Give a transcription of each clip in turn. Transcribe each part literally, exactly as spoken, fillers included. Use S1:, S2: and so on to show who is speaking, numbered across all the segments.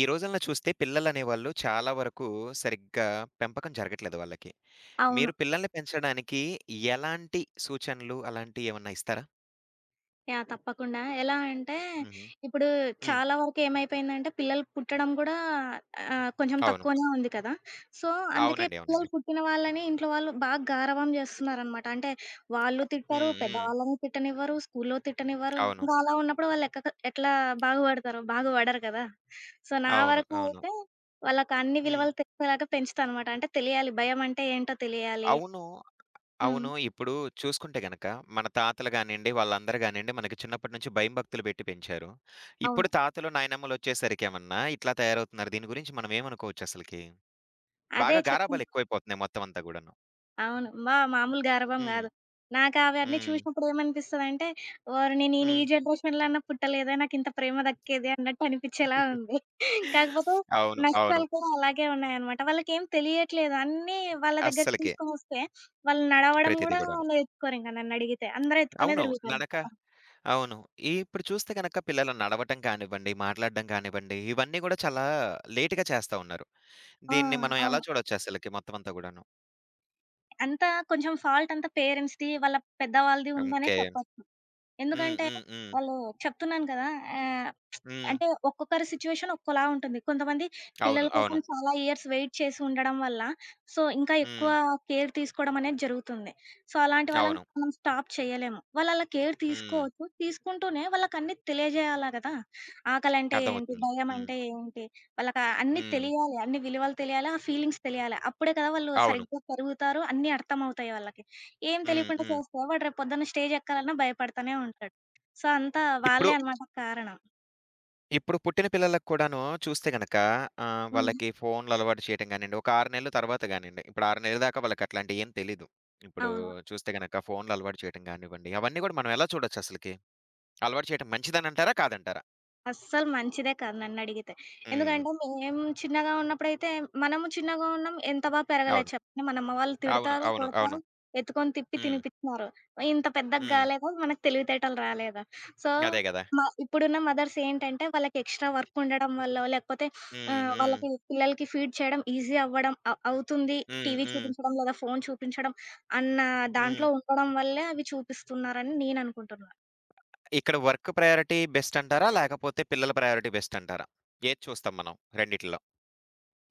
S1: ఈ రోజుల్లో చూస్తే పిల్లలనేవాళ్ళు చాలా వరకు సరిగ్గా పెంపకం జరగట్లేదు వాళ్ళకి.
S2: అవును.
S1: మీరు పిల్లల్ని పెంచడానికి ఎలాంటి సూచనలు అలాంటియేమన్నా ఇస్తారా?
S2: యాహ్! తప్పకుండా. ఎలా అంటే
S1: హుహు.
S2: ఇప్పుడు
S1: హ్మ్.
S2: చాలా వరకు ఏమైపోయిందంటే పిల్లలు పుట్టడం గూడా ఆహ్, కొంచెం
S1: అవును.
S2: తక్కువనే ఉంది కదా! సో, అందుకే
S1: అవునండి.
S2: పిల్లలు
S1: అవునండి.
S2: పుట్టిన వాళ్ళని ఇంట్లో వాళ్ళు బాగా గారాబం చేస్తున్నారనమాట. అంటే వాళ్ళు తిట్టరు,
S1: హ్మ్. హ్మ్.
S2: పెద్దవాళ్ళని తిట్టనివ్వరు, స్కూల్లో తిట్టనివ్వరు.
S1: అవును.
S2: ఇంక అలా ఉన్నప్పుడు వాళ్ళు ఎక్కక ఎట్లా బాగుపడతారు? బాగుపడరు కదా! సో, నా
S1: అవును.
S2: వరకు
S1: అవును.
S2: అయితే వాళ్ళకి అన్ని
S1: హ్మ్.
S2: విలువలు తెలిసేలాగా పెంచుతా అనమాట. అంటే తెలియాలి భయం అంటే ఏంటో తెలియాలి.
S1: అవును.
S2: హ్మ్.
S1: అవును. ఇప్పుడు చూసుకుంటే గనక మన తాతలు గానియండి, వాళ్ళందరూ గానియండి మనకి చిన్నప్పటి నుంచి భయం భక్తులు పెట్టి పెంచారు.
S2: అవును.
S1: ఇప్పుడు తాతలు, నాయనమ్మలొచ్చేసరికేమన్నా ఇట్లా తయారవుతున్నారు. దీని గురించి మనం ఏమనుకోవచ్చు అసలకి?
S2: అదే
S1: బాగా
S2: చెప్పిన
S1: గారాబాలు ఎక్కువైపోతున్నాయి మొత్తం అంతా గూడాను.
S2: అవును. మా మామూలు గారాబం
S1: హ్మ్.
S2: గాదు. నాకవన్నీ
S1: హ్మ్.
S2: చూసినప్పుడు ఏమనిపిస్తదంటే, ఓరిని నేను నేను ఈ
S1: హ్మ్.
S2: జనరేషన్‌లో అన్నా పుట్టలేదే నాకింత ప్రేమ దక్కేది అన్నట్టు అనిపిచ్చేలా ఉంది. కాకపోతే
S1: అవును. అవును.
S2: నష్టాలు కూడా అలాగే ఉన్నాయన్నమాట. వాళ్ళకేం తెలియట్లేదు. అన్నీ వాళ్ళ దగ్గరికి
S1: అస్సలకే.
S2: తీసుకొనొస్తే, వాళ్ళు నడవడం
S1: ప్రతీది
S2: గూడా
S1: గూడాను.
S2: నేర్చుకోరింక నన్నడిగితే. అందరూ ఎత్తుకునే
S1: అవును. నడక
S2: తిరుగుతారింక.
S1: అవును. ఇప్పుడు చూస్తే గనక పిల్లలు నడవటం కానివ్వండి, మాట్లాడడం కానివ్వండి, ఇవన్నీ గూడా చాలా లేట్‌గా చేస్తా ఉన్నారు.
S2: ఆ!
S1: దీన్ని మనం ఎలా
S2: అవును.
S1: చూడొచ్చు అసలకి మొత్తం అంతా గూడాను?
S2: అంతా కొంచెం ఫాల్ట్ అంతా పేరెంట్స్‌ది, వాళ్ళ పెద్దవాళ్ళది ఉందనే
S1: ఓకే.
S2: చెప్పొచ్చు.
S1: హ్మ్.
S2: ఎందుకంటే,
S1: హ్మ్. హ్మ్.
S2: వాళ్ళు చెప్తున్నాను కదా! ఆహ్
S1: హ్మ్.
S2: అంటే ఒక్కొక్కరి సిట్యుయేషన్ ఒక్కోలా ఉంటుంది. కొంతమంది
S1: అవును.
S2: పిల్లల కోసం
S1: అవును.
S2: చాలా ఇయర్స్ వెయిట్ చేసి ఉండడం వల్ల, సో, ఇంకా ఎక్కువ
S1: హ్మ్.
S2: కేర్ తీసుకోవడం అనేది జరుగుతుంది. సో, అలాంటి వాళ్ళని
S1: అవును.
S2: మనం స్టాప్ చేయలేము. వాళ్ళు అలా కేర్
S1: హ్మ్.
S2: తీసుకోవచ్చు. తీసుకుంటూనే వాళ్ళకన్నీ తెలియజేయాలా కదా! ఆకలంటే ఏంటి?
S1: అర్థమవుతుంది.
S2: భయం
S1: హ్మ్.
S2: అంటే ఏంటి? వాళ్ళకా అన్నీ
S1: హ్మ్.
S2: తెలియాలి. అన్ని విలువలు తెలియాలి. ఆ ఫీలింగ్స్ తెలియాలి. అప్పుడే కదా వాళ్ళు
S1: అవును.
S2: సరిగ్గా పెరుగుతారు. అన్నీ అర్థమవుతాయి వాళ్ళకి. ఏం
S1: హ్మ్.
S2: తెలియకుండా
S1: హ్మ్.
S2: చేస్తే వాడు రేపు పొద్దున్న స్టేజ్ ఎక్కాలన్నా భయపడతానే ఉంటాడు. సో, అంతా
S1: ఇప్పుడు
S2: వాళ్ళే అనమాట కారణం.
S1: ఇప్పుడు పుట్టిన పిల్లలకు కూడాను చూస్తే గనక ఆహ్,
S2: హ్మ్.
S1: వాళ్ళకి ఫోన్‌లు అలవాటు చేయటం గానియండి, ఒక ఆరు నెలల తర్వాత గానియండి, ఇప్పుడు ఆరు నెలల దాకా వాళ్ళకి అట్లాంటియి ఏం తెలీదు. ఇప్పుడు
S2: అవును.
S1: చూస్తే గనక ఫోన్‌లు అలవాటు చేయటం గానివ్వండి, అవన్నీ గూడా మనం ఎలా చూడొచ్చు అసలకి? అలవాటు చేయటం మంచిదనంటారా? కాదంటారా?
S2: అస్సలు మంచిదే కాదు నన్నడిగితే.
S1: హ్మ్.
S2: ఎందుకంటే, మేం చిన్నగా ఉన్నప్పుడైతే మనము చిన్నగా ఉన్నాం. ఎంత బా పెరగలేదు
S1: అవును.
S2: చెప్పండి. మన అమ్మ వాళ్ళు
S1: అవును.
S2: తిడతారు,
S1: అవును. అవును.
S2: కొడతారు, ఎత్తుకొని తిప్పి
S1: హ్మ్.
S2: తినిపిచ్చినారు. ఇంత పెద్దగా
S1: హ్మ్.
S2: గాలేదా, మనకు తెలివితేటలు రాలేదా? సో,
S1: అదే గదా!
S2: మ ఇప్పుడున్న మదర్స్ ఏంటంటే, వాళ్ళకి ఎక్స్‌ట్రా వర్క్ ఉండడం వల్లో, లేకపోతే
S1: హ్మ్.
S2: ఆహ్,
S1: హ్మ్.
S2: వాళ్ళకి పిల్లలకి ఫీడ్ చేయడం ఈజీ అవ్వడం అ అవుతుంది.
S1: హ్మ్.
S2: టీవీ
S1: హ్మ్.
S2: చూపించడం లేదా ఫోను చూపించడం అన్న
S1: హ్మ్.
S2: దాంట్లో ఉండడం వల్లే అవి చూపిస్తున్నారని నేననుకుంటున్నా.
S1: ఇక్కడ వర్క్ ప్రయారిటీ బెస్ట్ అంటారా? లేకపోతే పిల్లల ప్రయారిటీ బెస్ట్ అంటారా? ఏది చూస్తాం మనం రెండిట్లో?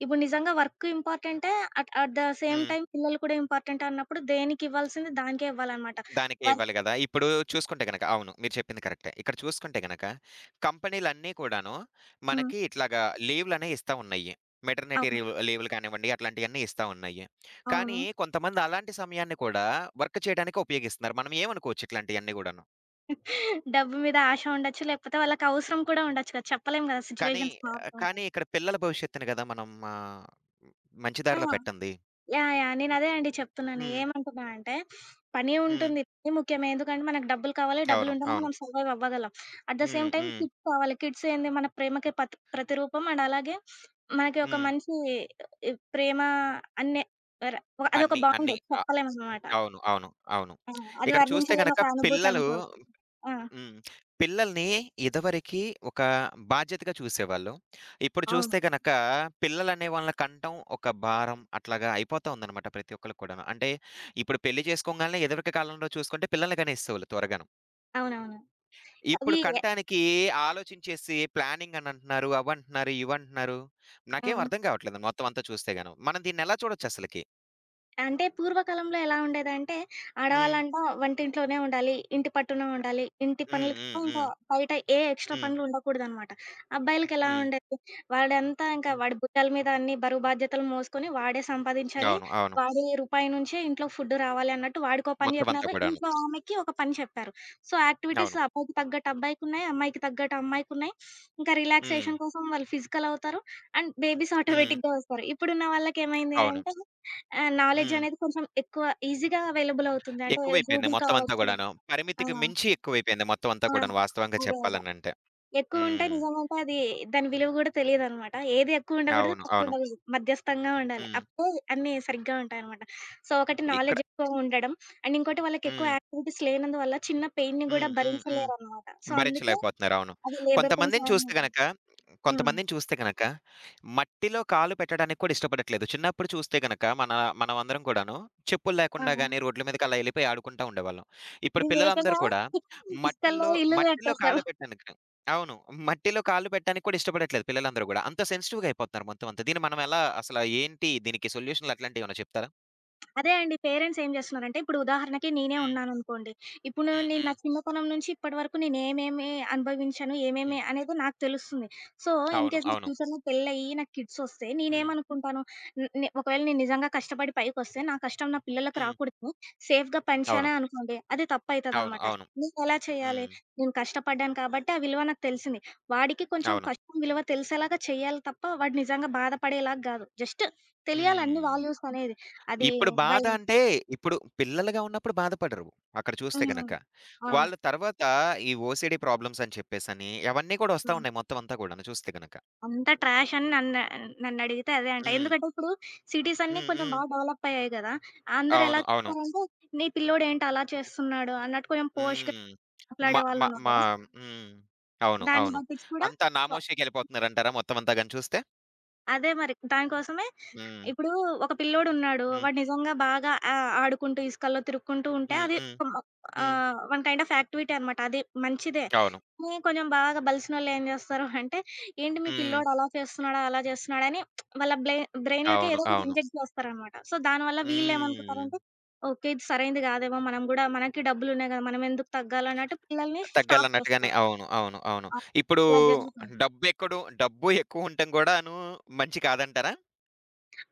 S2: ఇప్పుడు నిజంగా వర్క్ ఇంపార్టెంటే. At at the same
S1: hmm.
S2: Time పిల్లలు కూడా ఇంపార్టెంటే అన్నప్పుడు దేనికివ్వాల్సింది దానికే ఇవ్వాలనమాట.
S1: దానికే
S2: వర్క్
S1: ఇవ్వాలి గదా! ఇప్పుడు చూసుకుంటే గనక అవును. మీరు చెప్పింది కరెక్టే. ఇక్కడ చూసుకుంటే గనక కంపెనీలన్నీ కూడాను
S2: హ్మ్.
S1: మనకి ఇట్లాగా లీవ్‌లనేయి ఇస్తా ఉన్నాయి. మెటర్నిటీ
S2: అవును.
S1: లీవ్ లీవ్‌లు కానివ్వండి అట్లాంటియన్నీ ఇస్తా ఉన్నాయి.
S2: అవును.
S1: కానీ కొంతమంది అలాంటి సమయాన్ని కూడా వర్క్ చేయడానికే ఉపయోగిస్తున్నారు. మనం ఏమనుకోవచ్చు ఇట్లాంటియన్నీ గూడాను.
S2: డబ్బు మీద ఆశ ఉండొచ్చు. లేకపోతే వాళ్ళకవసరం కూడా ఉండొచ్చు కదా! చెప్పలేం గదా!
S1: కానీ
S2: సిట్యుయేషన్స్ మారుతూ ఉంటాయి.
S1: కానీ ఇక్కడ పిల్లల భవిష్యత్తుని గదా! మనం ఆహ్, మంచి
S2: ఆ!
S1: దారిలో పెట్టంది.
S2: యాహ్! యాహ్! నేనదే అండి చెప్తున్నాను.
S1: హ్మ్.
S2: ఏమంటున్నా అంటే, పని
S1: హ్మ్.
S2: ఉంటుంది. పని ముఖ్యమే. ఎందుకంటే మనకు డబ్బులు కావాలి.
S1: అవును.
S2: డబ్బులుంటేనే
S1: అవును.
S2: మనం సర్వైవ్ అవ్వగలం. At the same
S1: hmm.
S2: Time
S1: hmm.
S2: Kids కావాలి. కిడ్స్ ఏంది మన ప్రేమకి పత్ ప్రతిరూపం. అండ్ అలాగే మనకి ఒక
S1: హ్మ్.
S2: మంచి ఈ ప్రేమ అన్నే ర అదొక
S1: అన్నీ
S2: బాండ్
S1: అన్నీ. అ
S2: చెప్పలేమనమాట.
S1: అవును. అవును. అవును.
S2: ఆ! అది
S1: ఇక్కడ చూస్తే
S2: వర్ణించలేని
S1: గనక
S2: ఒక అనుభూతి
S1: పిల్లలు
S2: అనుకోవచ్చు. ఆ!
S1: హ్మ్. పిల్లల్ని ఇదివరకి ఒక బాధ్యతగా చూసేవాళ్ళు. ఇప్పుడు
S2: అవును.
S1: చూస్తే గనక పిల్లలనే వాళ్ళని కంటం ఒక భారం అట్లాగా అయిపోతా ఉందనమాట ప్రతి ఒక్కళ్ళకి కూడాను. అంటే ఇప్పుడు పెళ్లి చేసుకోంగాల్నే ఎదివరకి కాలంలో చూసుకుంటే పిల్లల్ని కనేసేవాళ్ళు త్వరగాను.
S2: అవునవును. అది
S1: ఇప్పుడు
S2: ఎ
S1: కంటానికి ఆలోచించేసి ప్లానింగ్ అని అంటున్నారు, అవంటున్నారు, ఇవంటున్నారు.
S2: ఆ!
S1: నాకేం అర్థం కావట్లేదు మొత్తం అంతా చూస్తే గాను. మనం దీన్నెలా చూడొచ్చసలకి?
S2: అంటే పూర్వకాలంలో ఎలా ఉండేదంటే,
S1: హ్మ్.
S2: ఆడవాళ్ళంట వంటింట్లోనే ఉండాలి, ఇంటి పట్టున ఉండాలి, ఇంటి
S1: హ్మ్.
S2: పనులు తప్ప
S1: హ్మ్.
S2: ఇంకా
S1: హ్మ్.
S2: బయట ఏ ఎక్స్‌ట్రా
S1: హ్మ్.
S2: పనులు ఉండకూడదనమాట. అబ్బాయిలకెలా
S1: హ్మ్.
S2: ఉండేది, వాడంతా ఇంకా
S1: హ్మ్.
S2: వాడి భుజాల మీద అన్ని బరువు బాధ్యతలు మోసుకొని వాడే సంపాదించాలి,
S1: అవును. అవును.
S2: వాడి రూపాయి నుంచే ఇంట్లో ఫుడ్ రావాలి అన్నట్టు వాడికో పని
S1: మొత్తం అంతా
S2: జెప్పినారు,
S1: కూడాను.
S2: ఇంట్లో ఆమెకి ఒక పని చెప్పారు. సో, యాక్టివిటీస్
S1: అవును.
S2: అబ్బాయికి తగ్గట్టు అబ్బాయికున్నాయి, అమ్మాయికి తగ్గట్టు అమ్మాయికున్నాయి. ఇంకా
S1: హ్మ్.
S2: రిలాక్సేషన్ కోసం వాళ్ళు ఫిజికల్ అవుతారు. అండ్ బేబీస్
S1: హ్మ్.
S2: ఆటోమేటిక్‌గా ఒస్తారు. ఇప్పుడున్న వాళ్ళకేమైంది
S1: అవును.
S2: అంటే ఆ! నాలెడ్జ్
S1: హ్మ్.
S2: అనేది కొంచెం ఎక్కువ ఈజీ‌గా అవైలబుల్ అవుతుంది. అంటే
S1: ఎక్కువైపోయింది
S2: గూగుల్
S1: మొత్తం అంతా
S2: కావచ్చు.
S1: గూడాను.
S2: ఆ!
S1: పరిమితికి మించి ఎక్కువైపోయింది మొత్తం అంతా
S2: ఆ!
S1: కూడాను వాస్తవంగా
S2: అదే. అదే.
S1: చెప్పాలనంటే.
S2: ఎక్కువుంటే
S1: హ్మ్.
S2: నిజమంటే అది దాని విలువ గూడా తెలీదనమాట. ఏది ఎక్కువ ఉండకూడదు,
S1: అవును.
S2: తక్కువ
S1: అవును.
S2: ఉండకూడదు. మధ్యస్థంగా ఉండాలి.
S1: హ్మ్.
S2: అప్పుడే అన్నీ సరిగ్గా ఉంటాయనమాట. సో, ఒకటి
S1: ఇక్కడ
S2: నాలెడ్జ్ ఎక్కువ ఉండడం. అండ్ ఇంకోటి వాళ్ళకెక్కువ
S1: హ్మ్.
S2: యాక్టివిటీస్ లేనందువల్ల చిన్న పెయిన్‌ని గూడా
S1: హ్మ్. హ్మ్. హ్మ్.
S2: భరించలేరనమాట. సో, అందుకే
S1: భరించలేకపోతున్నారు. అవును.
S2: అవి లేబర్ పెయిన్స్
S1: కొంతమందిని
S2: అని
S1: చూస్తే గనక,
S2: హ్మ్.
S1: కొంతమందిని చూస్తే గనక మట్టిలో కాలు పెట్టడానికి కూడా ఇష్టపడట్లేదు. చిన్నప్పుడు చూస్తే గనక మన మనమందరం కూడాను చెప్పులు
S2: ఆ!
S1: లేకుండా గాని రోడ్ల మీదకి అలా ఎళ్ళిపోయి ఆడుకుంటా ఉండేవాళ్ళం. ఇప్పుడు
S2: మేము ఏకంగా
S1: పిల్లలందరూ కూడా
S2: ఇసుకల్లో
S1: మట్టిల్లో
S2: ఇల్లు
S1: మట్టిలో
S2: కట్టేసాం.
S1: కాలు పెట్టడానికి అవును. మట్టిలో కాళ్ళు పెట్టడానికి కూడా ఇష్టపడట్లేదు పిల్లలందరూ గూడా. అంత సెన్సిటివ్‌గా అయిపోతున్నారు మొత్తం అంతా. దీన్ని మనం ఎలా అసల ఏంటి దీనికి సొల్యూషన్‌లు అట్లాంటియేమన్నా చెప్తారా?
S2: అదే అండి. పేరెంట్స్ ఏం జేస్తున్నారంటే, ఇప్పుడు ఉదాహరణకి నేనే
S1: హ్మ్.
S2: ఉన్నాననుకోండి. ఇప్పుడు నేను
S1: హ్మ్.
S2: నేను నా
S1: హ్మ్.
S2: చిన్నతనం నుంచి ఇప్పటి వరకు నేనేమేమి అనుభవించాను, ఏమేమి
S1: హ్మ్.
S2: అనేది నాకు తెలుస్తుంది. సో,
S1: అవును.
S2: ఇన్‌కేస్ నాకు
S1: అవును.
S2: ఫ్యూచర్‌లో పెళ్లయ్యి, నాకు కిడ్సొస్తే
S1: హ్మ్.
S2: నేనేమనుకుంటాను, న్ నే ఒకవేళ నేను నిజంగా కష్టపడి పైకొస్తే, నా కష్టం నా పిల్లలకి
S1: హ్మ్.
S2: రాకూడదు. సేఫ్‌గా
S1: అవును.
S2: పంచానే అనుకోండి. అది
S1: అవును.
S2: తప్పయితదనమాట.
S1: అవును.
S2: నేనెలా చేయాలి?
S1: హ్మ్.
S2: నేను కష్టపడ్డాను కాబట్టి ఆ విలువ నాకు తెలిసింది. వాడికి కొంచెం
S1: అవును.
S2: కష్టం విలువ తెలిసేలాగా చేయాలి తప్ప, వాడు నిజంగా బాధపడేలాగా గాదు. జస్ట్ తెలియాలి అన్ని
S1: హ్మ్.
S2: వాల్యూసనేది. అది
S1: ఇప్పుడు బాధ
S2: భయం.
S1: అంటే, ఇప్పుడు పిల్లలుగా ఉన్నప్పుడు బాధపడరు. అక్కడ చూస్తే
S2: హ్మ్.
S1: గనక.
S2: అవును.
S1: వాళ్ళు తర్వాత ఈ ఓసీడీ ప్రాబ్లమ్స్ అని చెప్పేసని, అవన్నీ కూడా వస్తా
S2: హ్మ్.
S1: ఉన్నాయి మొత్తం అంతా కూడాను చూస్తే గనక.
S2: అంతా ట్రాష్ అని నన్ను నన్నడిగితే అదే అంట.
S1: హ్మ్.
S2: ఎందుకంటే ఇప్పుడు సిటీస్ అన్నీ
S1: హ్మ్.
S2: కొంచెం
S1: హ్మ్.
S2: బాగా డెవలప్ అయ్యాయి గదా! అందరూ ఎలా
S1: అవును. అవును.
S2: చూస్తారంటే, "నీ పిల్లోడేంటి అలా చేస్తున్నాడు" అన్నట్టు కొంచెం పోష్‌గా
S1: హ్మ్. మ మ
S2: మాట్లాడేవాళ్ళున్నారు
S1: మ
S2: గదా!
S1: హ్మ్. అవును.
S2: దాన్ని
S1: అవును.
S2: బట్టిచ్చి కూడా
S1: అంతా నామోషీకెళ్ళిపోతున్నారంటారా మొత్తం అంతా గాని చూస్తే?
S2: అదే మరి. దానికోసమే
S1: హ్మ్.
S2: ఇప్పుడు ఒక పిల్లోడున్నాడు.
S1: హ్మ్.
S2: వాడు నిజంగా బాగా ఆహ్, ఆడుకుంటూ ఇసుకల్లో తిరుక్కుంటూ ఉంటే
S1: హ్మ్.
S2: అది
S1: హ్మ్. హ్మ్.
S2: ఆహ్, వన్ కైండ్ ఆఫ్ యాక్టివిటీ అనమాట. అది మంచిదే.
S1: అవును.
S2: కానీ కొంచెం బాగా బలిసినోళ్ళు ఏం జేస్తారు అంటే, ఏంటి మీ
S1: హ్మ్.
S2: పిల్లోడు అలా చేస్తున్నాడా, అలా చేస్తున్నాడని వాళ్ళ బ్లె బ్రెయిన్‌లోకి
S1: అవును.
S2: ఏదో ఒకటి
S1: అవును.
S2: ఇంజెక్ట్ చేస్తారనమాట. సో, దానివల్ల
S1: హ్మ్.
S2: వీళ్ళేమనుకుంటారంటే, ఓకే. ఇది సరైంది గాదేమో మనం గూడా మనకి డబ్బులున్నాయి గదా! మనమెందుకు తగ్గాలన్నట్టు పిల్లల్ని స్టాప్
S1: తగ్గాలన్నట్టుగానే
S2: చేస్తారు.
S1: అవును. అవును. అవును.
S2: ఆ!
S1: ఇప్పుడు
S2: అలా జరుగుతుంది.
S1: డబ్బెక్కడు డబ్బు ఎక్కువుంటం గూడాను మంచి కాదంటారా?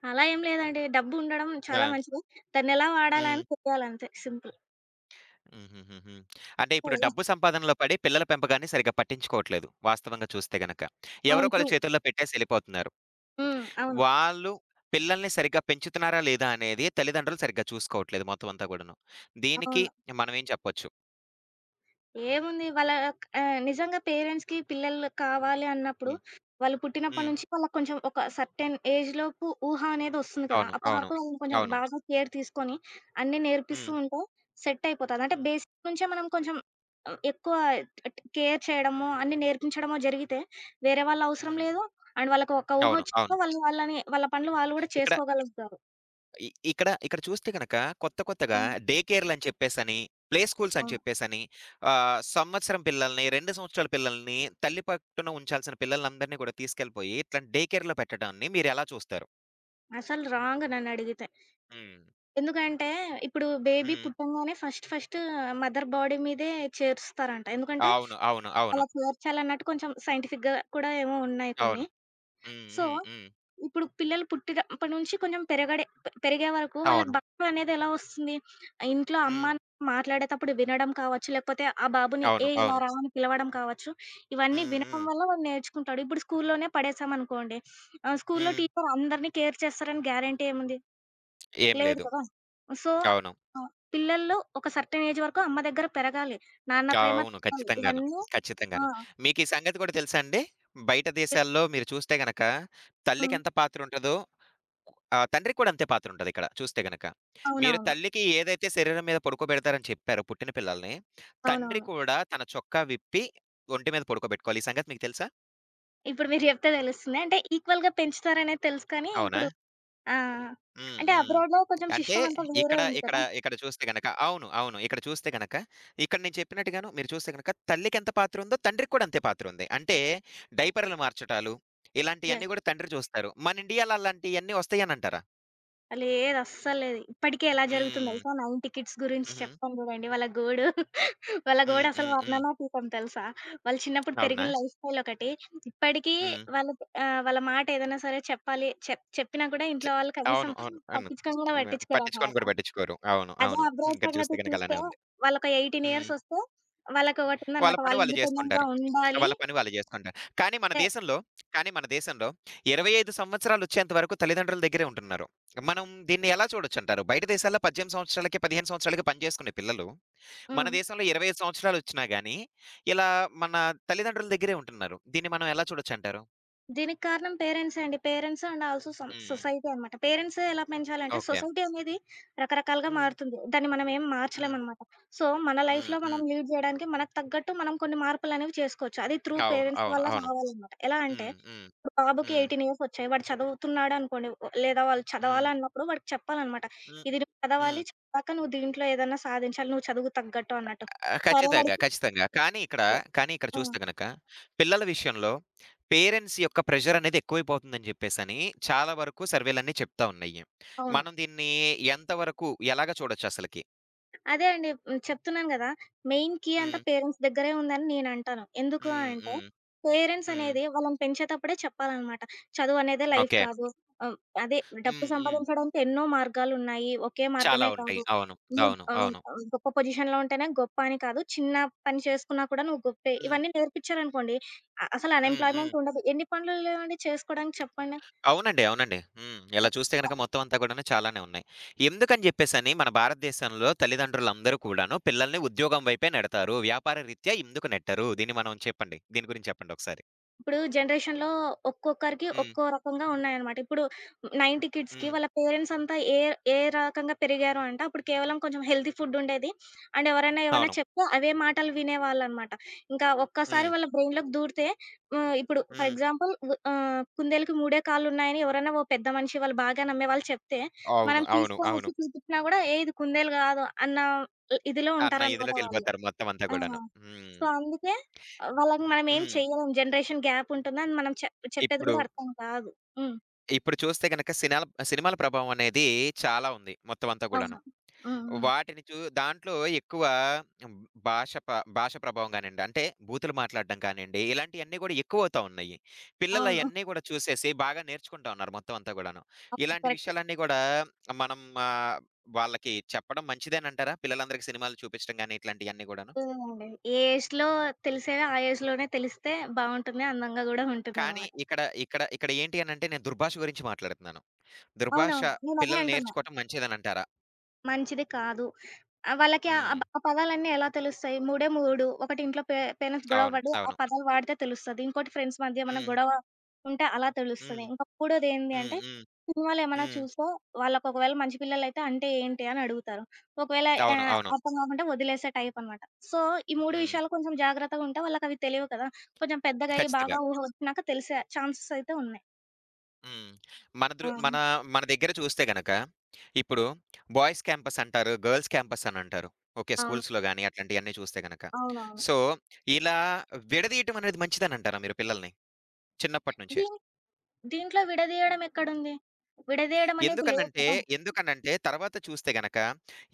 S2: అలా ఏం లేదండి. డబ్బు ఉండడం
S1: ఆ!
S2: చాలా మంచిది. దాన్నెలా
S1: హ్మ్.
S2: వాడాలని తెలియాలంతే సింపుల్.
S1: హుహుహుహు. అంటే ఇప్పుడు
S2: కదా!
S1: డబ్బు సంపాదనలో పడి పిల్లల పెంపకాన్ని సరిగ్గా పట్టించుకోవట్లేదు. వాస్తవంగా చూస్తే గనక.
S2: అవును. ట్రూ.
S1: ఎవరోకళ్ళ చేతుల్లో పెట్టేసి ఎళ్ళిపోతున్నారు.
S2: హ్మ్. అవును.
S1: వాళ్ళు పిల్లల్ని సరిగ్గా పెంచుతున్నారా లేదా అనేది తల్లిదండ్రులు సరిగ్గా చూసుకోవట్లేదు మొత్తం అంతా గూడాను. దీనికి
S2: అవును.
S1: మనమేం చెప్పొచ్చు?
S2: ఏముంది వాళ్ళ ఆహ్, నిజంగా పేరెంట్స్‌కి పిల్లలు కావాలి అన్నప్పుడు,
S1: హ్మ్.
S2: వాళ్ళు పుట్టినప్పటి
S1: హ్మ్.
S2: నుంచి వాళ్ళకి కొంచెం ఒక సర్టెన్ ఏజ్‌లోపు ఊహ అనేది ఒస్తుంది కదా!
S1: అవును.
S2: అప్పటి
S1: అవును.
S2: వరకు వాళ్ళని కొంచెం
S1: అవును.
S2: బాగా కేర్ తీసుకొని, అన్నీ నేర్పిస్తూ
S1: హ్మ్.
S2: ఉంటే సెట్ అయిపోతది. అంటే
S1: హ్మ్.
S2: బేసిక్ నుంచే మనం కొంచెం ఆహ్, ఎక్కువ ట్ కేర్ చేయడమో, అన్నీ నేర్పించడమో జరిగితే వేరే వాళ్ళ అవసరం
S1: హ్మ్.
S2: లేదు. అండ్ వాళ్ళకి ఒక ఊహ
S1: అవును.
S2: ఒచ్చాక
S1: అవును.
S2: వాళ్ళు వాళ్ళని వాళ్ళ పనులు వాళ్ళు గూడా
S1: ఇక్కడ
S2: చేసుకోగలుగుతారు.
S1: ఇ ఇక్కడ, ఇక్కడ చూస్తే గనక కొత్త కొత్తగా
S2: హ్మ్.
S1: డే కేర్‌లని చెప్పేసని, ప్లే స్కూల్స్ అని
S2: అవును.
S1: చెప్పేసని ఆహ్, సంవత్సరం పిల్లల్ని, రెండు సంవత్సరాల పిల్లల్ని తల్లి పట్టున ఉంచాల్సిన పిల్లలందరిని కూడా తీసుకెళ్ళిపోయి ఇట్లాంటి డే కేర్‌లో పెట్టడాన్ని మీరెలా చూస్తారు?
S2: అసలు రాంగ్ నన్నడిగితే.
S1: హ్మ్.
S2: ఎందుకంటే, ఇప్పుడు బేబీ
S1: హ్మ్.
S2: పుట్టంగానే ఫస్ట్ ఫస్ట్ మదర్ బాడీ మీదే చేరుస్తారంట. ఎందుకంటే,
S1: అవును. అవును. అవును.
S2: అలా చేర్చాలన్నట్టు కొంచెం సైంటిఫిక్‌గా కూడా ఏమో ఉన్నాయి కొన్ని.
S1: అవును. హ్మ్.
S2: సో,
S1: హ్మ్. హ్మ్.
S2: ఇప్పుడు పిల్లలు పుట్టినప్పటి నుంచి కొంచెం పెరగడే పెరిగే వరకు వాళ్ళకి
S1: అవును.
S2: భాష అనేది ఎలా వస్తుంది? ఇంట్లో
S1: హ్మ్.
S2: అమ్మ మాట్లాడేటప్పుడు వినడం కావచ్చు, లేకపోతే ఆ బాబుని "ఏ
S1: అవును.
S2: ఇలా
S1: అవును.
S2: రా" అని పిలవడం కావచ్చు. ఇవన్నీ
S1: హ్మ్.
S2: వినడం
S1: హ్మ్.
S2: వల్ల వాడు నేర్చుకుంటాడు. ఇప్పుడు స్కూల్లోనే పడేసామనుకోండి, ఆహ్, స్కూల్‌లో
S1: హ్మ్.
S2: టీచర్ అందరిని కేర్ చేస్తారని గ్యారంటీ ఏముంది?
S1: ఏం
S2: లేదు
S1: లేదు.
S2: కదా! సో,
S1: అవును.
S2: ఆ! పిల్లలు ఒక సర్టెన్ ఏజ్ వరకు అమ్మ దగ్గర పెరగాలి. నాన్న ప్రేమ
S1: అవును.
S2: తప్పాలి.
S1: ఖచ్చితంగాను.
S2: ఇవన్నీ ఆ!
S1: ఖచ్చితంగాను. మీకీ సంగతి కూడా తెలుసా అండి? బయట దేశాల్లో మీరు చూస్తే గనక
S2: హ్మ్.
S1: తల్లికెంత పాత్రుంటదో ఆ! తండ్రికి కూడా అంతే పాత్రుంటదిక్కడ చూస్తే గనక. మీరు
S2: అవునవును.
S1: తల్లికి ఏదైతే శరీరం మీద పడుకోబెడతారని చెప్పారో పుట్టిన పిల్లల్ని, తండ్రి
S2: అవునవును.
S1: కూడా తన చొక్కా విప్పి ఒంటి మీద పడుకోబెట్టుకోవాలి. ఈ సంగతి మీకు తెలుసా?
S2: ఇప్పుడు మీరు చెప్తే తెలుస్తుంది. అంటే ఈక్వల్‌గా పెంచుతారనేది తెలుసు కానీ
S1: అవునా?
S2: ఇప్పుడు ఆ!
S1: హ్మ్.
S2: అంటే
S1: హ్మ్.
S2: అబ్రాడ్‌లో కొంచెం
S1: అంటే
S2: సిస్టమ్ అంతా వేరే
S1: ఇక్కడ
S2: ఉంది
S1: ఇక్కడ
S2: కదా!
S1: ఇక్కడ చూస్తే గనక అవును. అవును. ఇక్కడ చూస్తే గనక ఇక్కడ నేను చెప్పినట్టుగాను మీరు చూస్తే గనక తల్లికెంత పాత్రుందో తండ్రికి కూడా అంతే పాత్రుంది. అంటే డైపర్‌లు మార్చటాలు ఇలాంటియన్నీ గూడా తండ్రి చూస్తారు. మన ఇండియాలో అలాంటియన్నీ వస్తాయనంటారా?
S2: లేదు. అస్సల్లేదు. ఇప్పటికి ఎలా జరుగుతుంది
S1: హ్మ్.
S2: తెలుసా? నైంటీ కిడ్స్ గురించి
S1: హుహు.
S2: చెప్తాను చూడండి. వాళ్ళ గోడు వాళ్ళ గోడు
S1: హ్మ్.
S2: అసలు
S1: హ్మ్. హ్మ్.
S2: వర్ణనాతీతం తెలుసా? వాళ్ళు చిన్నప్పుడు
S1: అవునా?
S2: పెరిగిన లైఫ్ స్టైల్ ఒకటి. ఇప్పటికీ
S1: హ్మ్.
S2: వాళ్ళ ఆహ్, వాళ్ళ మాట ఏదైనా సరే చెప్పాలి చెప్ చెప్పినా కూడా
S1: చ్
S2: ఇంట్లో వాళ్ళు కనీసం
S1: అవును. అవును. అవును.
S2: పట్టించుకొని కూడా
S1: హ్మ్.
S2: పట్టించుకోరనమాట.
S1: పట్టించుకోను గూడా పట్టించుకోరు. అవును.
S2: అదే
S1: అవును.
S2: అబ్రాడ్
S1: ఇక్కడ
S2: సంగతి
S1: చూస్తే గనక
S2: చూస్తే
S1: అలానే ఉంది.
S2: వాళ్ళొక పద్దెనిమిది
S1: హ్మ్.
S2: ఇయర్స్ వస్తే
S1: వాళ్ళ
S2: వాళ్ళకొకటుందనమాట.
S1: పని
S2: వాళ్ళు
S1: వాళ్ళు
S2: ఇండిపెండెంట్‌గా
S1: జేసుకుంటారు.
S2: ఉండాలి.
S1: వాళ్ళ పని వాళ్ళు జేసుకుంటారు. కానీ మన
S2: అంటే
S1: దేశంలో కానీ మన దేశంలో ఇరవై ఐదు సంవత్సరాలొచ్చేంత వరకు తల్లిదండ్రుల దగ్గరే ఉంటున్నారు. మనం దీన్ని ఎలా చూడొచ్చంటారు? బయట దేశాల్లో పద్దెనిమిది సంవత్సరాలకి, పదిహేను సంవత్సరాలకి పని జేసుకునే పిల్లలు, మన
S2: హ్మ్.
S1: దేశంలో ఇరవై ఐదు సంవత్సరాలొచ్చినా గాని, ఇలా మన తల్లిదండ్రుల దగ్గరే ఉంటున్నారు. దీన్ని మనం ఎలా చూడొచ్చంటారు?
S2: దీనికి కారణం పేరెంట్సే అండి. Parents and also some
S1: hmm.
S2: Society అనమాట. పేరెంట్స్ ఎలా పెంచాలంటే
S1: ఓకే.
S2: సొసైటీ అనేది రకరకాలుగా
S1: హ్మ్.
S2: మారుతుంది. దాన్ని మనం ఏం
S1: హ్మ్.
S2: మార్చలేమనమాట. సో, మన
S1: హ్మ్.
S2: లైఫ్‌లో మనం
S1: హ్మ్.
S2: లీడ్ జేయడానికి మనకు తగ్గట్టు మనం కొన్ని మార్పులనేవి చేసుకోవచ్చు. అది త్రూ
S1: అవును.
S2: పేరెంట్స్
S1: అవును.
S2: వల్ల
S1: అవును.
S2: రావాలనమాట. ఎలా అంటే
S1: హ్మ్. హ్మ్.
S2: ఇప్పుడు బాబుకి
S1: హ్మ్.
S2: పద్దెనిమిది ఇయర్స్ వచ్చాయి. వాడు చదువుతున్నాడనుకోండి లేదా వాళ్ళు
S1: హ్మ్.
S2: చదవాలన్నప్పుడు వాడికి చెప్పాలనమాట.
S1: హ్మ్.
S2: ఇది నువ్వు
S1: హ్మ్.
S2: చదవాలి. చదివాక నువ్వు దీంట్లో ఏదన్నా సాధించాలి. నువ్వు చదువుకు తగ్గట్టు అన్నట్టు.
S1: ఆ!
S2: సరే
S1: ఖచ్చితంగా.
S2: వాడికి
S1: ఖచ్చితంగా. కానీ ఇక్కడ కానీ ఇక్కడ
S2: ఆ!
S1: చూస్తే గనక పిల్లల విషయంలో పేరెంట్స్ యొక్క ప్రెషర్ అనేది ఎక్కువైపోతుందని చెప్పేసని చాలా వరకు సర్వేలన్నీ చెప్తా ఉన్నాయి.
S2: అవును.
S1: మనం దీన్ని ఎంతవరకు ఎలాగా చూడొచ్చు అసలకి?
S2: అదే అండి. హ్మ్. చెప్తున్నాను గదా! మెయిన్ కీ అంతా
S1: హ్మ్.
S2: పేరెంట్స్ దగ్గరే ఉందని నేనంటాను. ఎందుకు
S1: హ్మ్.
S2: అంటే,
S1: హ్మ్.
S2: పేరెంట్స్
S1: హ్మ్.
S2: అనేది వాళ్ళని పెంచేటప్పుడే చెప్పాలనమాట. చదువనేదే లైఫ్
S1: ఓకే.
S2: కాదు. ఆహ్, అదే డబ్బు
S1: హ్మ్. హ్మ్.
S2: సంపాదించడానికి ఎన్నో మార్గాలున్నాయి. ఒకే
S1: చాలా
S2: మార్గమే
S1: ఉంటాయి.
S2: కాదు.
S1: అవును.
S2: నువ్వు
S1: అవును.
S2: ఆహ్,
S1: అవును.
S2: ఆహ్, గొప్ప పొజిషన్‌లో ఉంటేనే గొప్ప అని కాదు. చిన్న పని చేసుకున్నా కూడా నువ్వు గొప్పే.
S1: హ్మ్.
S2: ఇవన్నీ నేర్పిచ్చారనుకోండి, అ అసలు
S1: హ్మ్. హ్మ్.
S2: అన్‌ఎంప్లాయ్‌మెంట్ ఉండదు. ఎన్ని పనులు లేవండి చేసుకోడానికి చెప్పండి?
S1: అవునండి. అవునండి. హ్మ్. ఇలా చూస్తే గనక మొత్తం అంతా కూడాను చాలానే ఉన్నాయి. ఎందుకని జెప్పేసని మన భారతదేశంలో తల్లిదండ్రులందరూ కూడాను పిల్లల్ని ఉద్యోగం వైపే నెడతారు. వ్యాపార రీత్యా ఎందుకు నెట్టరు? దీన్ని మనం చెప్పండి. దీని గురించి చెప్పండి ఒకసారి?
S2: ఇప్పుడు జనరేషన్‌లో ఒక్కొక్కరికి
S1: హ్మ్.
S2: ఒక్కో రకంగా ఉన్నాయన్నమాట. ఇప్పుడు నైంటీ కిడ్స్‌కి
S1: హ్మ్.
S2: వాళ్ళ పేరెంట్స్ అంతా ఏ ఏ రకంగా పెరిగారు అంటే, అప్పుడు కేవలం కొంచెం హెల్తీ ఫుడ్ ఉండేది. అండ్ ఎవరైనా ఏమైనా
S1: అవును.
S2: చెప్తే అవే మాటలు వినేవాళ్ళనమాట. ఇంకా ఒక్కసారి
S1: హ్మ్.
S2: వాళ్ళ బ్రెయిన్‌లోకి దూరితే హ్మ్, ఇప్పుడు ఫర్
S1: హ్మ్.
S2: ఎగ్జాంపుల్ వ్ ఆహ్, కుందేలుకి మూడే కాళ్ళున్నాయని ఎవరైనా ఓ పెద్ద మనిషి వాళ్ళు బాగా నమ్మేవాళ్ళు చెప్తే,
S1: అవును.
S2: మనం
S1: అవును.
S2: తీసుకొని
S1: అవును.
S2: వచ్చి చూపించినా గూడా ఏ ఇది కుందేలు గాదు అన్న ఇదిలో
S1: అన్న
S2: ఉంటారనమాట వాళ్ళు.
S1: ఇదిలోకెళ్ళిపోతారు మొత్తం అంతా
S2: ఆ!
S1: గూడాను. హ్మ్.
S2: సో, అందుకే వాళ్ళకి మనం ఏం
S1: హ్మ్.
S2: చెయ్యలేం. జనరేషన్ గ్యాప్ ఉంటుంది. అని మనం చెప్ చెప్పేది
S1: ఇప్పుడు
S2: గూడా అర్థం కాదు. హ్మ్.
S1: ఇప్పుడు చూస్తే గనక సినాల సినిమాల ప్రభావం అనేది చాలా ఉంది మొత్తం అంతా గూడాను.
S2: అవును. హ్మ్. హ్మ్.
S1: వాటిని చూ దాంట్లో ఎక్కువ హ్మ్, భాష ప భాష ప్రభావం గానియండి, అంటే బూతులు మాట్లాడడం కానియండి, ఇలాంటియన్నీ గూడా ఎక్కువవుతా ఉన్నాయి.
S2: అవును.
S1: పిల్లలయన్నీ గూడా చూసేసి బాగా నేర్చుకుంటా ఉన్నారు మొత్తం అంతా గూడాను.
S2: అప్పుడు
S1: ఇలాంటి
S2: కరెక్ట్.
S1: విషయాలన్నీ గూడా మనం ఆహ్, వాళ్ళకి చెప్పడం మంచిదేనంటారా? పిల్లలందరికీ సినిమాలు చూపించడం గాని, ఇట్లాంటియన్నీ గూడాను.
S2: లేదండి. ఏ ఏజ్‌లో తెలిసేవి ఆ ఏజ్‌లోనే తెలిస్తే బావుంటుంది. అందంగా గూడా
S1: కానీ
S2: ఉంటుందనమాట.
S1: ఇక్కడ ఇక్కడ ఇక్కడ ఏంటి అనంటే నేను దుర్భాష గురించి మాట్లాడుతున్నాను. దుర్భాష
S2: అవునవును. నేనదే
S1: పిల్లలు
S2: అంటున్నా.
S1: నేర్చుకోవటం మంచిదనంటారా?
S2: మంచిది కాదు. ఆ! వాళ్ళకి ఆ
S1: హ్మ్.
S2: బ్ ఆ పదాలన్నీ ఎలా తెలుస్తాయి? మూడే మూడు. ఒకటి ఇంట్లో పే పేరెంట్స్ గొడవ
S1: అవును.
S2: పడి ఆ
S1: అవును.
S2: పదాలు వాడితే తెలుస్తది. ఇంకోటి ఫ్రెండ్స్ మధ్య ఏమన్నా
S1: హ్మ్.
S2: గొడవ ఉంటే అలా తెలుస్తది.
S1: హ్మ్.
S2: ఇంకా మూడోదేంది
S1: హ్మ్.
S2: అంటే,
S1: హ్మ్.
S2: సినిమాలు ఏమన్నా
S1: హ్మ్.
S2: చూస్తే వాళ్ళకి ఒకవేళ మంచి పిల్లలైతే అంటే ఏంటి అని అడుగుతారు. ఒకవేళ
S1: అవును.
S2: ఆహ్,
S1: అవును.
S2: అర్థం కాకుంటే వదిలేసే టైప్ అనమాట. సో, ఈ మూడు
S1: హ్మ్.
S2: విషయాలు కొంచెం జాగ్రత్తగా ఉంటే వాళ్ళకవి తెలియవు కదా! కొంచెం పెద్దగా అయ్యి
S1: ఖచ్చితంగా.
S2: బాగా ఊహ వచ్చినాక తెలిసే ఛాన్సెస్ అయితే ఉన్నాయి.
S1: హ్మ్. మన
S2: ఆ!
S1: దృ మన మన దగ్గర చూస్తే గనక, ఇప్పుడు బాయ్స్ క్యాంపస్ అంటారు, గర్ల్స్ క్యాంపస్ అనంటారు. ఓకే.
S2: అవును.
S1: స్కూల్స్‌లో గాని అట్లాంటియన్నీ చూస్తే గనక.
S2: అవునవును.
S1: సో, ఇలా విడదీయటం అనేది మంచిదనంటారా మీరు పిల్లల్ని చిన్నప్పటి నుంచే?
S2: దీన్ దీంట్లో విడదీయడం ఎక్కడుంది? విడదీయడం అనేది లేదు
S1: ఎందుకనంటే,
S2: కదా!
S1: ఎందుకనంటే తర్వాత చూస్తే గనక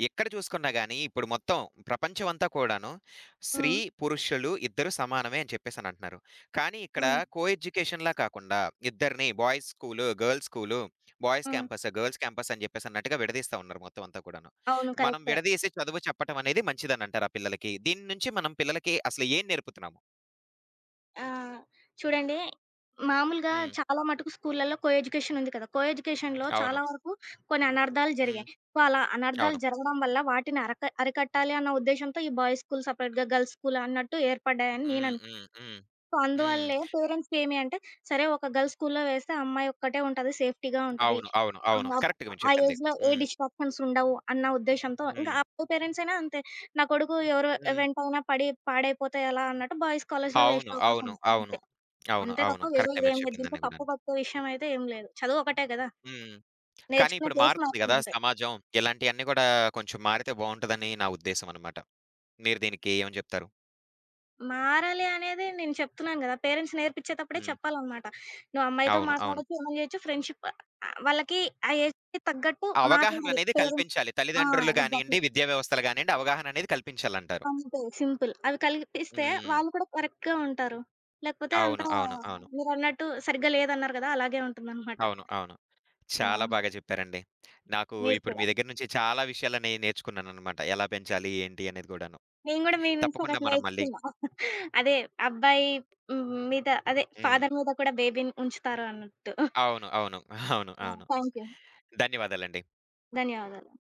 S1: ఎక్కడ చూసుకున్నా గాని ఇప్పుడు మొత్తం ప్రపంచమంతా కూడాను స్త్రీ,
S2: హ్మ్.
S1: పురుషులు ఇద్దరు సమానమే అని చెప్పేసనంటున్నారు. కానీ ఇక్కడ
S2: హ్మ్.
S1: కో ఎడ్యుకేషన్‌లా కాకుండా ఇద్దరిని boys school, girls school, boys
S2: hmm.
S1: Campus, girls campus అని చెప్పేసన్నట్టుగా విడదీస్తా ఉన్నారు మొత్తం అంతా కూడాను.
S2: అవును.
S1: మనం
S2: కరెక్టే.
S1: విడదీసి చదువు చెప్పటం అనేది మంచిదనంటారా పిల్లలకి? దీని నుంచి మనం పిల్లలకి అసలు ఏం నేర్పుతున్నాము?
S2: ఆ! చూడండి మామూలుగా
S1: హ్మ్.
S2: చాలా మటుకు స్కూళ్ళలో కో ఎడ్యుకేషన్ ఉంది కదా! కో ఎడ్యుకేషన్‌లో
S1: అవును.
S2: చాలా వరకు కొన్ని అనర్థాలు
S1: హ్మ్.
S2: జరిగాయి. సో, అలా అనర్థాలు
S1: అవును.
S2: జరగడం వల్ల వాటిని అరక అరికట్టాలి అన్న ఉద్దేశ్యంతో ఈ బాయ్స్ స్కూల్ సెపరేట్‌గా, గర్ల్స్ స్కూల్ అన్నట్టు ఏర్పడ్డాయని
S1: హ్మ్.
S2: నేననుకుంటున్నాను.
S1: హ్మ్. హ్మ్.
S2: సో,
S1: హ్మ్.
S2: అందువల్లే పేరెంట్స్‌కేమి అంటే, సరే ఒక గర్ల్స్ స్కూల్‌లో వేస్తే అమ్మాయి ఒక్కటే ఉంటది. సేఫ్టీగా ఉంటది.
S1: అవును. అవును. అవును.
S2: ఆహ్,
S1: కరెక్ట్‌గా మీరు
S2: ఆ
S1: చెప్పింది.
S2: ఏజ్‌లో ఏ
S1: హ్మ్.
S2: డిస్ట్రాక్షన్స్ ఉండవు అన్న ఉద్దేశ్యంతో ఇంకా
S1: హ్మ్.
S2: అప్పుడు పేరెంట్స్ అయినా అంతే. నా కొడుకు ఎవరు
S1: హ్మ్.
S2: వెంటైనా పడి పాడైపోతే ఎలా అన్నట్టు బాయ్స్ కాలేజ్‌లో వేసే
S1: అవును.
S2: అవకాశం
S1: అవును.
S2: ఉంది.
S1: అవును.
S2: అంతే.
S1: అవును.
S2: అంతే తప్ప
S1: అవును.
S2: వేరే
S1: కరెక్టే మీరు
S2: ఇదేం లేదు.
S1: చెప్పిందన్నీ
S2: దీంట్లో తప్పు
S1: గూడాను.
S2: పట్టే విషయం అయితే ఏం లేదు. చదువు ఒకటే గదా!
S1: హ్మ్. కానీ
S2: నేర్చుకునే
S1: ఇప్పుడు
S2: ప్లేస్
S1: మారుతుంది గదా!
S2: మారుతుందంతే.
S1: సమాజం. ఇలాంటియన్నీ గూడా కొంచెం మారితే బావుంటదని నా ఉద్దేశం అనమాట. మీరు దీనికి ఏమని జెప్తారు?
S2: మారాలి అనేది నేను చెప్తున్నాను గదా! పేరెంట్స్ నేర్పించేటప్పుడే
S1: హ్మ్.
S2: చెప్పాలనమాట. నువ్వు అమ్మాయితో
S1: అవును. అవును.
S2: మాట్లాడొచ్చు, ఏమన్నా చేయొచ్చు ఫ్రెండ్‌షిప్ ఆహ్, వాళ్ళకి ఆ ఏజ్‌కి తగ్గట్టు మాట్లాడాలి
S1: అవగాహననేది
S2: పేరెంట్స్.
S1: కల్పించాలి.
S2: ఆ!
S1: తల్లిదండ్రులు
S2: ఎగ్జాక్ట్‌లీ.
S1: గానియండి, విద్యా వ్యవస్థలు గానియండి, అవగాహననేది కల్పించాలంటారు.
S2: అంతే సింపుల్. అవి కల్పిస్తే
S1: హ్మ్.
S2: వాళ్ళు కూడా కరెక్ట్‌గా ఉంటారు. లేకపోతే అంతా
S1: అవును. అవును. అవును.
S2: మీరన్నట్టు సరిగ్గా లేదన్నారు గదా! అలాగే ఉంటుందనమాట.
S1: అవును. అవును.
S2: ఆ!
S1: చాలా బాగా జెప్పారండి. నాకు
S2: మీరు
S1: ఇప్పుడు మీ
S2: కూడా.
S1: దగ్గర నుంచి చాలా విషయాలనేయి నేర్చుకున్నాననమాట. ఎలా పెంచాలి ఏంటి అనేది గూడాను.
S2: నేను గూడా మీ నుంచి
S1: తప్పకుండా
S2: ఒకటి
S1: మనం మళ్ళీ
S2: నేర్చుకున్నా. అదే అబ్బాయి హ్మ్. మీద అదే
S1: హ్మ్.
S2: ఫాదర్ మీద కూడా బేబీని ఉంచుతారు అన్నట్టు.
S1: అవును. అవును. అవును.
S2: యాహ్!
S1: అవును.
S2: Thank you.
S1: ధన్యవాదాలండి.
S2: ధన్యవాదాలు.